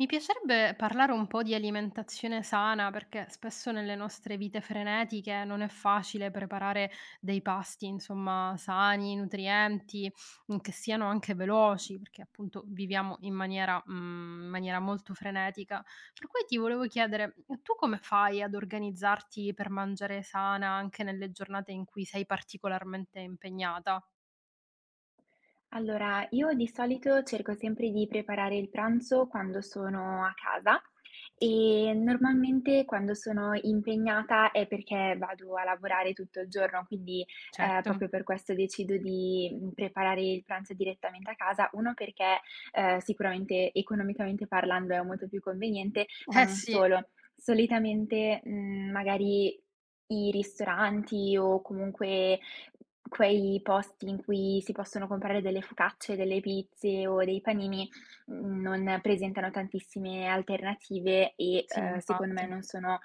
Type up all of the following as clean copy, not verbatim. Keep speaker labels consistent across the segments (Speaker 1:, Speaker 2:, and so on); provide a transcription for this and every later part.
Speaker 1: Mi piacerebbe parlare un po' di alimentazione sana perché spesso nelle nostre vite frenetiche non è facile preparare dei pasti, insomma, sani, nutrienti, che siano anche veloci, perché appunto viviamo in maniera molto frenetica. Per cui ti volevo chiedere, tu come fai ad organizzarti per mangiare sana anche nelle giornate in cui sei particolarmente impegnata?
Speaker 2: Allora, io di solito cerco sempre di preparare il pranzo quando sono a casa
Speaker 1: Sì,
Speaker 2: e normalmente quando sono impegnata è perché vado a lavorare tutto il giorno, quindi
Speaker 1: certo.
Speaker 2: proprio per questo decido di preparare il pranzo direttamente a casa. Uno perché sicuramente economicamente parlando è molto più conveniente, ma
Speaker 1: Eh
Speaker 2: non
Speaker 1: sì,
Speaker 2: solo. Solitamente magari i ristoranti o comunque quei posti in cui si possono comprare delle focacce, delle pizze o dei panini, non presentano tantissime alternative e,
Speaker 1: sì,
Speaker 2: secondo me
Speaker 1: infatti.
Speaker 2: non sono,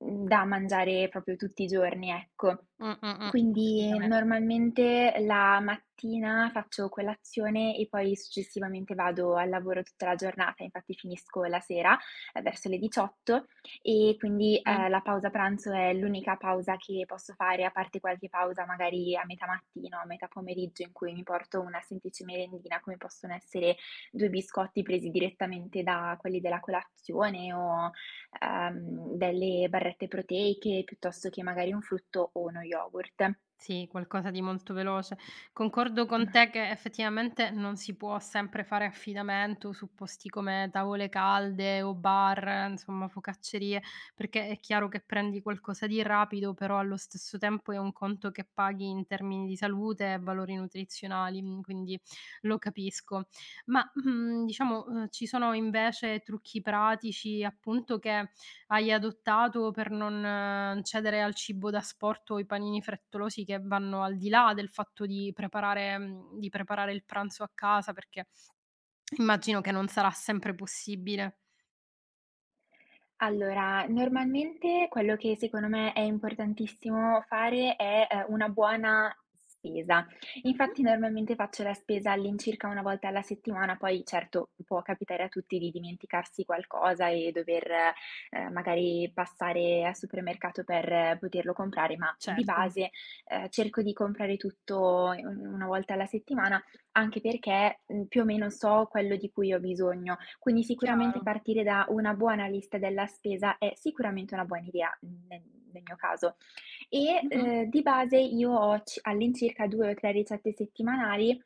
Speaker 2: da mangiare proprio tutti i giorni, ecco.
Speaker 1: Mm, mm, mm,
Speaker 2: Quindi
Speaker 1: assolutamente.
Speaker 2: normalmente la mattina faccio colazione e poi successivamente vado al lavoro tutta la giornata, infatti finisco la sera, verso le 18 e quindi, la pausa pranzo è l'unica pausa che posso fare, a parte qualche pausa magari a metà mattina o a metà pomeriggio in cui mi porto una semplice merendina, come possono essere 2 biscotti presi direttamente da quelli della colazione o, delle barrette proteiche, piuttosto che magari un frutto o uno yogurt.
Speaker 1: Sì, qualcosa di molto veloce. Concordo con te che effettivamente non si può sempre fare affidamento su posti come tavole calde o bar, insomma focaccerie, perché è chiaro che prendi qualcosa di rapido, però allo stesso tempo è un conto che paghi in termini di salute e valori nutrizionali, quindi lo capisco. Ma diciamo ci sono invece trucchi pratici appunto che hai adottato per non cedere al cibo da sport o i panini frettolosi che vanno al di là del fatto di di preparare il pranzo a casa, perché immagino che non sarà sempre possibile.
Speaker 2: Allora, normalmente quello che secondo me è importantissimo fare è, una buona spesa.
Speaker 1: Mh-mh.
Speaker 2: Infatti normalmente faccio la spesa all'incirca una volta alla settimana, poi certo può capitare a tutti di dimenticarsi qualcosa e dover, magari passare al supermercato per poterlo comprare, ma di
Speaker 1: Certo,
Speaker 2: base, cerco di comprare tutto un una volta alla settimana, anche perché, più o meno so quello di cui ho bisogno. Quindi sicuramente
Speaker 1: chiaro.
Speaker 2: partire da una buona lista della spesa è sicuramente una buona idea, nel mio caso. E,
Speaker 1: Mh-mh.
Speaker 2: di base io ho ci all'incirca 2 o 3 ricette settimanali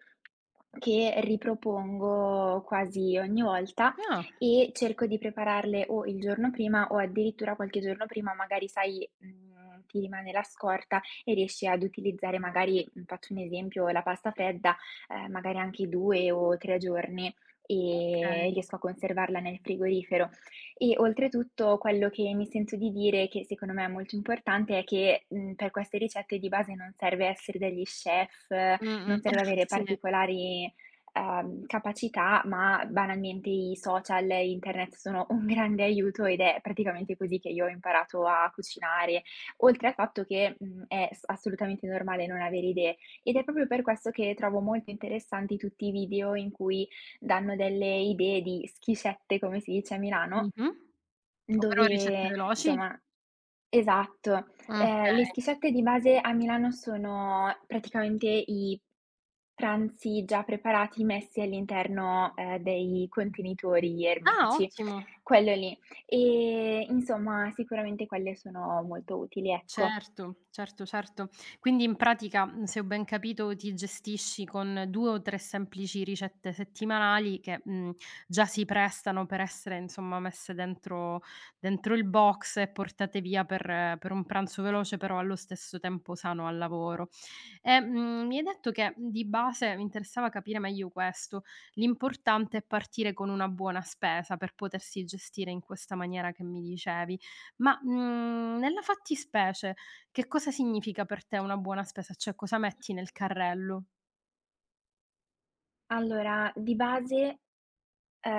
Speaker 2: che ripropongo quasi ogni volta
Speaker 1: Ah,
Speaker 2: e cerco di prepararle o il giorno prima o addirittura qualche giorno prima, magari sai, ti rimane la scorta e riesci ad utilizzare magari, faccio un esempio, la pasta fredda, magari anche 2 o 3 giorni e
Speaker 1: okay.
Speaker 2: riesco a conservarla nel frigorifero. E oltretutto quello che mi sento di dire, che secondo me è molto importante, è che, per queste ricette di base non serve essere degli chef,
Speaker 1: Mh-mh.
Speaker 2: non serve avere
Speaker 1: Sì.
Speaker 2: particolari, capacità, ma banalmente i social e internet sono un grande aiuto ed è praticamente così che io ho imparato a cucinare, oltre al fatto che, è s assolutamente normale non avere idee. Ed è proprio per questo che trovo molto interessanti tutti i video in cui danno delle idee di schiscette, come si dice a Milano,
Speaker 1: Mh-mh. Ovvero ricette
Speaker 2: dove
Speaker 1: veloci?
Speaker 2: insomma. Esatto. Le
Speaker 1: Okay.
Speaker 2: schiscette di base a Milano sono praticamente i pranzi già preparati messi all'interno, dei contenitori
Speaker 1: Ah,
Speaker 2: ermetici,
Speaker 1: ottimo.
Speaker 2: quello lì. E insomma sicuramente quelle sono molto utili, ecco.
Speaker 1: Certo, certo, certo. Quindi in pratica, se ho ben capito, ti gestisci con 2 o 3 semplici ricette settimanali che, già si prestano per essere, insomma, messe dentro il box e portate via per un pranzo veloce, però allo stesso tempo sano al lavoro. E, mi hai detto che di base mi interessava capire meglio questo, l'importante è partire con una buona spesa per potersi gestire in questa maniera che mi dicevi. Ma, nella fattispecie che cosa significa per te una buona spesa? Cioè cosa metti nel carrello?
Speaker 2: Allora, di base, Ehm,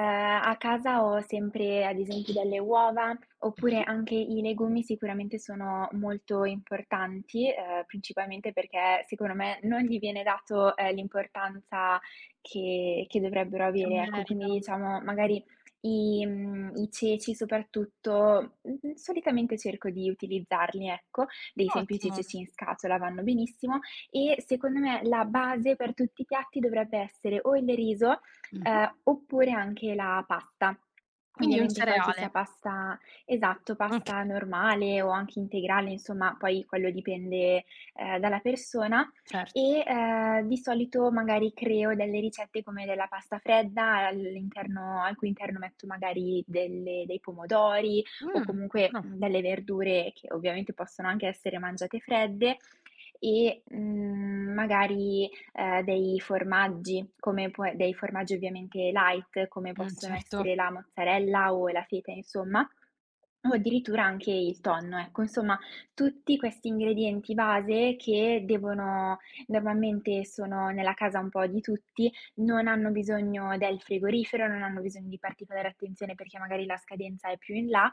Speaker 2: a casa ho sempre ad esempio delle uova, oppure
Speaker 1: Mh-mh.
Speaker 2: anche i legumi sicuramente sono molto importanti, principalmente perché secondo me non gli viene dato, l'importanza che dovrebbero
Speaker 1: Che
Speaker 2: avere, ecco. Quindi
Speaker 1: meritano.
Speaker 2: diciamo magari i ceci soprattutto, solitamente cerco di utilizzarli, ecco, dei semplici
Speaker 1: Ottimo.
Speaker 2: ceci in scatola vanno benissimo e secondo me la base per tutti i piatti dovrebbe essere o il riso,
Speaker 1: Mh-mh.
Speaker 2: Oppure anche la pasta.
Speaker 1: Quindi un
Speaker 2: Ovviamente poi, che
Speaker 1: cereale.
Speaker 2: sia pasta. Esatto,
Speaker 1: Okay,
Speaker 2: pasta normale o anche integrale, insomma, poi quello dipende, dalla persona
Speaker 1: certo.
Speaker 2: e, di solito magari creo delle ricette come della pasta fredda all'interno al cui interno metto magari delle dei pomodori o comunque
Speaker 1: Buono.
Speaker 2: delle verdure che ovviamente possono anche essere mangiate fredde e, magari dei formaggi ovviamente light, come possono
Speaker 1: Certo.
Speaker 2: essere la mozzarella o la feta insomma, o addirittura anche il tonno, ecco. Insomma, tutti questi ingredienti base che devono normalmente sono nella casa un po' di tutti, non hanno bisogno del frigorifero, non hanno bisogno di particolare attenzione perché magari la scadenza è più in là,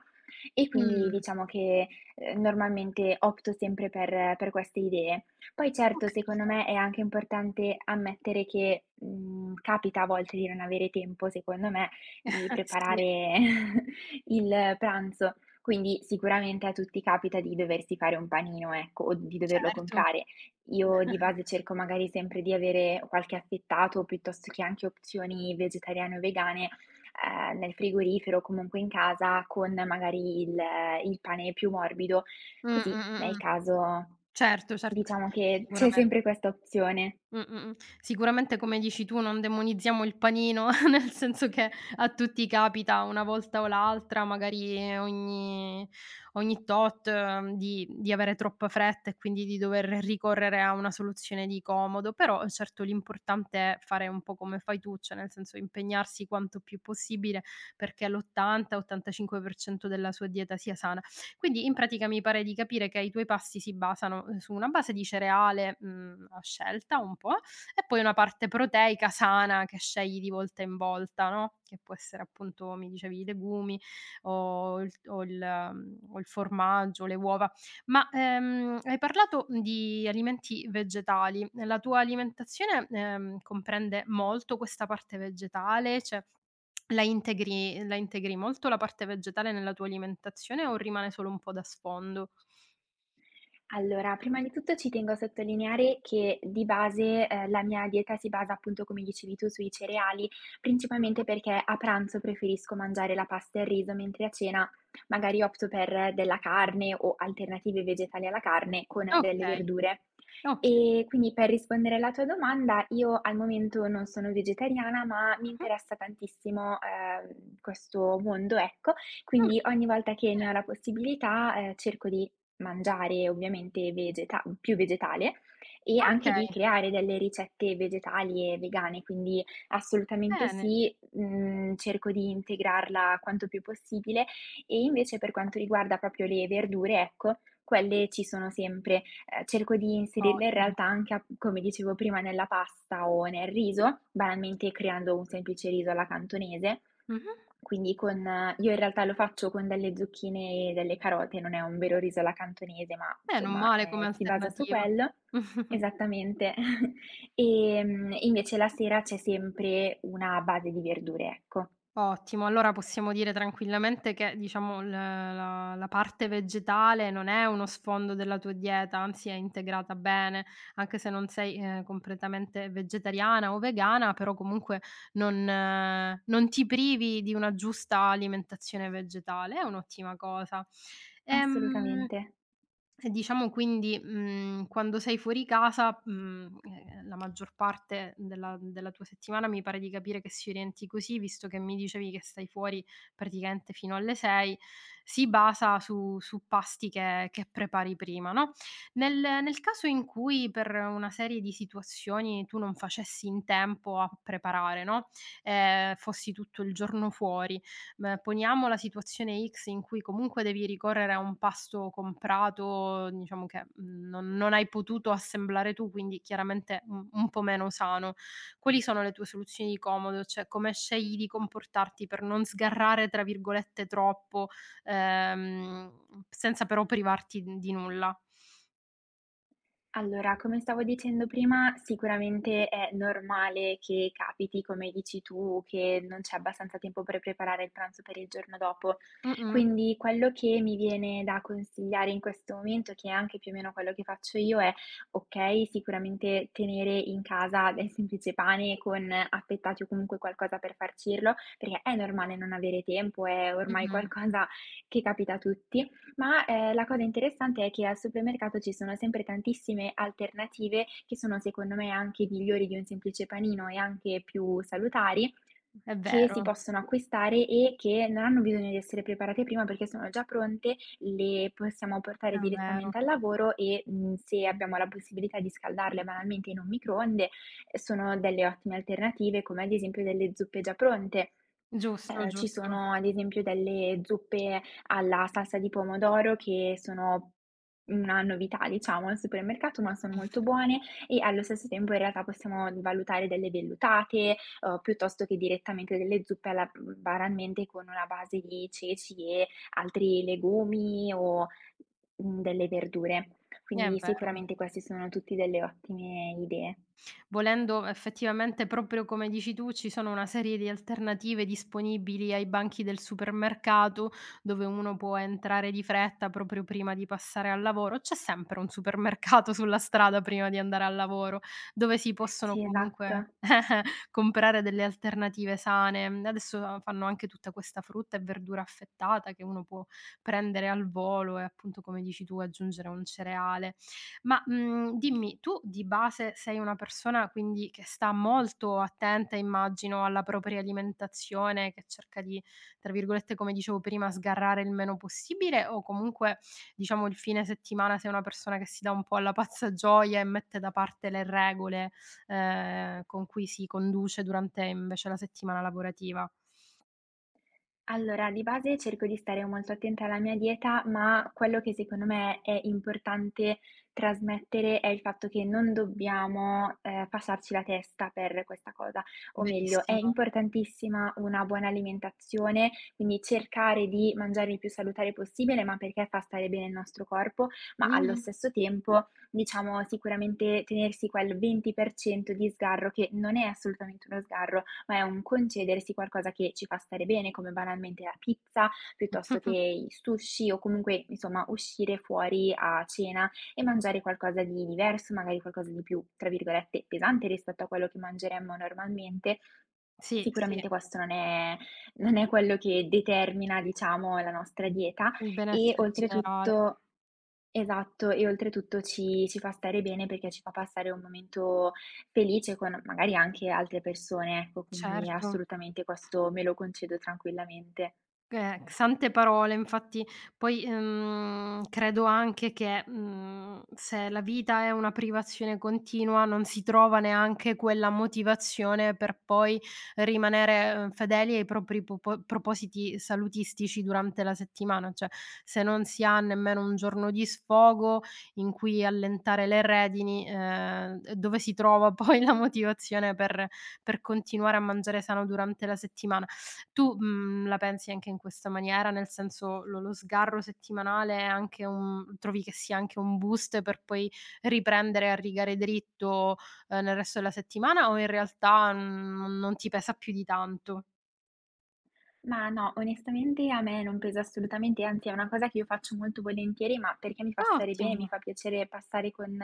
Speaker 2: e quindi
Speaker 1: Mh,
Speaker 2: diciamo che, normalmente opto sempre per queste idee. Poi
Speaker 1: ho
Speaker 2: certo, secondo
Speaker 1: capito.
Speaker 2: me è anche importante ammettere che, capita a volte di non avere tempo, secondo me, di
Speaker 1: Sì,
Speaker 2: preparare il pranzo. Quindi sicuramente a tutti capita di doversi fare un panino, ecco, o di doverlo
Speaker 1: certo.
Speaker 2: comprare. Io di base cerco magari sempre di avere qualche affettato, piuttosto che anche opzioni vegetariane o vegane, nel frigorifero o comunque in casa con magari il pane più morbido,
Speaker 1: Mh, mh,
Speaker 2: così
Speaker 1: mh,
Speaker 2: nel
Speaker 1: mh.
Speaker 2: caso
Speaker 1: Certo, certo,
Speaker 2: diciamo che c'è
Speaker 1: sicuramente.
Speaker 2: sempre questa opzione.
Speaker 1: Mh, mh, mh. Sicuramente come dici tu non demonizziamo il panino, nel senso che a tutti capita una volta o l'altra, magari ogni tot, di avere troppa fretta e quindi di dover ricorrere a una soluzione di comodo, però certo l'importante è fare un po' come fai tu, cioè nel senso impegnarsi quanto più possibile perché l'80, 85% della sua dieta sia sana. Quindi in pratica mi pare di capire che i tuoi pasti si basano, su una base di cereale, a scelta un po' e poi una parte proteica sana che scegli di volta in volta, no, che può essere appunto mi dicevi i legumi o il o il o il formaggio, le uova. Ma, hai parlato di alimenti vegetali. La tua alimentazione, comprende molto questa parte vegetale? Cioè la integri molto la parte vegetale nella tua alimentazione o rimane solo un po' da sfondo?
Speaker 2: Allora, prima di tutto ci tengo a sottolineare che di base, la mia dieta si basa appunto, come dicevi tu, sui cereali, principalmente
Speaker 1: Mh-mh.
Speaker 2: perché a pranzo preferisco mangiare la pasta e il riso, mentre a cena magari opto per della carne o alternative vegetali alla carne con delle
Speaker 1: Okay,
Speaker 2: verdure.
Speaker 1: okay.
Speaker 2: E quindi per rispondere alla tua domanda, io al momento non sono vegetariana, ma mi
Speaker 1: Mh-mh.
Speaker 2: interessa tantissimo, questo mondo, ecco,
Speaker 1: Mh,
Speaker 2: quindi ogni volta che ne ho
Speaker 1: bene.
Speaker 2: la possibilità, cerco di mangiare ovviamente vegeta più vegetale e anche di
Speaker 1: Okay,
Speaker 2: creare delle ricette vegetali e vegane, quindi assolutamente
Speaker 1: bene.
Speaker 2: sì, cerco di integrarla quanto più possibile. E invece per quanto riguarda proprio le verdure, ecco, quelle ci sono sempre. Cerco di inserirle in
Speaker 1: Ottimo.
Speaker 2: realtà anche a come dicevo prima, nella pasta o nel riso, banalmente creando un semplice riso alla cantonese,
Speaker 1: Mh-mh.
Speaker 2: quindi con io in realtà lo faccio con delle zucchine e delle carote, non è un vero riso alla cantonese, ma
Speaker 1: Beh, non
Speaker 2: insomma,
Speaker 1: male come
Speaker 2: si basa su
Speaker 1: alternativa.
Speaker 2: quello. Esattamente. Invece la sera c'è sempre una base di verdure, ecco.
Speaker 1: Ottimo, allora possiamo dire tranquillamente che diciamo l la la parte vegetale non è uno sfondo della tua dieta, anzi è integrata bene, anche se non sei, completamente vegetariana o vegana, però comunque non ti privi di una giusta alimentazione vegetale, è un'ottima cosa. Ehm
Speaker 2: Assolutamente.
Speaker 1: e diciamo quindi, quando sei fuori casa, la maggior parte della tua settimana mi pare di capire che si orienti così, visto che mi dicevi che stai fuori praticamente fino alle 6, si basa su pasti che prepari prima, no, nel nel caso in cui per una serie di situazioni tu non facessi in tempo a preparare, no, fossi tutto il giorno fuori. Beh, poniamo la situazione X in cui comunque devi ricorrere a un pasto comprato, diciamo che, non hai potuto assemblare tu, quindi chiaramente un po' meno sano. Quali sono le tue soluzioni di comodo? Cioè, come scegli di comportarti per non "sgarrare" tra virgolette troppo, ehm, senza però privarti d di nulla?
Speaker 2: Allora, come stavo dicendo prima, sicuramente è normale che capiti, come dici tu, che non c'è abbastanza tempo per preparare il pranzo per il giorno dopo.
Speaker 1: Mh-mh,
Speaker 2: Quindi quello che mi viene da consigliare in questo momento, che è anche più o meno quello che faccio io, è: ok, sicuramente tenere in casa del semplice pane con affettati o comunque qualcosa per farcirlo, perché è normale non avere tempo, è ormai
Speaker 1: mh-mh.
Speaker 2: qualcosa che capita a tutti, ma, la cosa interessante è che al supermercato ci sono sempre tantissime alternative che sono secondo me anche migliori di un semplice panino e anche più salutari,
Speaker 1: È
Speaker 2: che si
Speaker 1: vero,
Speaker 2: possono acquistare e che non hanno bisogno di essere preparate prima perché sono già pronte, le possiamo portare
Speaker 1: è vero.
Speaker 2: direttamente al lavoro e, se abbiamo la possibilità di scaldarle banalmente in un microonde, sono delle ottime alternative, come ad esempio delle zuppe già pronte.
Speaker 1: Giusto,
Speaker 2: Ci
Speaker 1: giusto.
Speaker 2: sono ad esempio delle zuppe alla salsa di pomodoro che sono una novità diciamo al supermercato, ma son molto buone e allo stesso tempo in realtà possiamo valutare delle vellutate, piuttosto che direttamente delle zuppe banalmente con una base di ceci e altri legumi o, delle verdure.
Speaker 1: È
Speaker 2: Quindi
Speaker 1: vero.
Speaker 2: sicuramente questi sono tutti delle ottime idee.
Speaker 1: Volendo effettivamente, proprio come dici tu, ci sono una serie di alternative disponibili ai banchi del supermercato, dove uno può entrare di fretta proprio prima di passare al lavoro. C'è sempre un supermercato sulla strada prima di andare al lavoro, dove si possono
Speaker 2: Sì,
Speaker 1: comunque
Speaker 2: esatto.
Speaker 1: comprare delle alternative sane. Adesso fanno anche tutta questa frutta e verdura affettata che uno può prendere al volo e appunto, come dici tu, aggiungere un cereale. Ma, dimmi, tu di base sei una persona quindi che sta molto attenta, immagino, alla propria alimentazione, che cerca di, tra virgolette, come dicevo prima, "sgarrare il meno possibile" o comunque, diciamo, il fine settimana sei una persona che si dà un po' alla pazza gioia e mette da parte le regole? Con cui si conduce durante invece la settimana lavorativa.
Speaker 2: Allora, di base cerco di stare molto attenta alla mia dieta, ma quello che secondo me è importante trasmettere è il fatto che non dobbiamo, passarci la testa per questa cosa, o meglio, è
Speaker 1: Verissimo.
Speaker 2: importantissima una buona alimentazione, quindi cercare di mangiare il più salutare possibile, ma perché fa stare bene il nostro corpo, ma allo
Speaker 1: Mh-mh.
Speaker 2: stesso tempo, diciamo, sicuramente tenersi quel 20% di sgarro che non è assolutamente uno sgarro, ma è un concedersi qualcosa che ci fa stare bene, come banalmente la pizza, piuttosto che i sushi o comunque, insomma, uscire fuori a cena e mangiare qualcosa di diverso, magari qualcosa di più, tra virgolette, "pesante" rispetto a quello che mangeremmo normalmente.
Speaker 1: Sì, sì,
Speaker 2: Sicuramente questo non è quello che determina, diciamo, la nostra dieta
Speaker 1: il
Speaker 2: e
Speaker 1: benessere generale,
Speaker 2: oltretutto. Esatto, e oltretutto ci fa stare bene perché ci fa passare un momento felice con magari anche altre persone, ecco, quindi
Speaker 1: certo.
Speaker 2: assolutamente questo me lo concedo tranquillamente.
Speaker 1: Sante parole, infatti poi, credo anche che, se la vita è una privazione continua, non si trova neanche quella motivazione per poi rimanere, fedeli ai propri popo propositi salutistici durante la settimana. Cioè, se non si ha nemmeno un giorno di sfogo in cui allentare le redini, dove si trova poi la motivazione per continuare a mangiare sano durante la settimana? Tu, la pensi anche in questa maniera? Nel senso, lo sgarro settimanale è anche un trovi che sia anche un boost per poi riprendere a rigare dritto, nel resto della settimana o in realtà non ti pesa più di tanto?
Speaker 2: Ma no, onestamente a me non pesa assolutamente, anzi è una cosa che io faccio molto volentieri, ma perché mi fa stare bene,
Speaker 1: Ottimo,
Speaker 2: mi fa piacere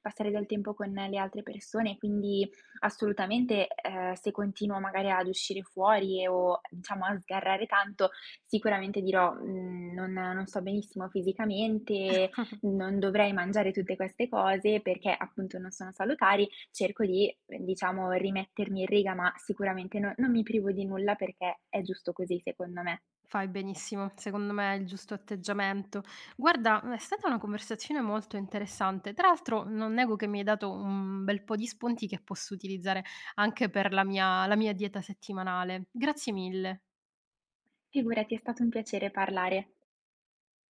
Speaker 2: passare del tempo con le altre persone, quindi assolutamente, se continuo magari ad uscire fuori e o diciamo a sgarrare tanto, sicuramente dirò: "Mhmm, non sto benissimo fisicamente, non dovrei mangiare tutte queste cose perché appunto non sono salutari". Cerco di, diciamo, rimettermi in riga, ma sicuramente no non mi privo di nulla perché è giusto così, secondo me.
Speaker 1: fai benissimo, secondo me è il giusto atteggiamento. Guarda, è stata una conversazione molto interessante. Tra l'altro non nego che mi hai dato un bel po' di spunti che posso utilizzare anche per la mia dieta settimanale. Grazie mille.
Speaker 2: Figurati, è stato un piacere parlare.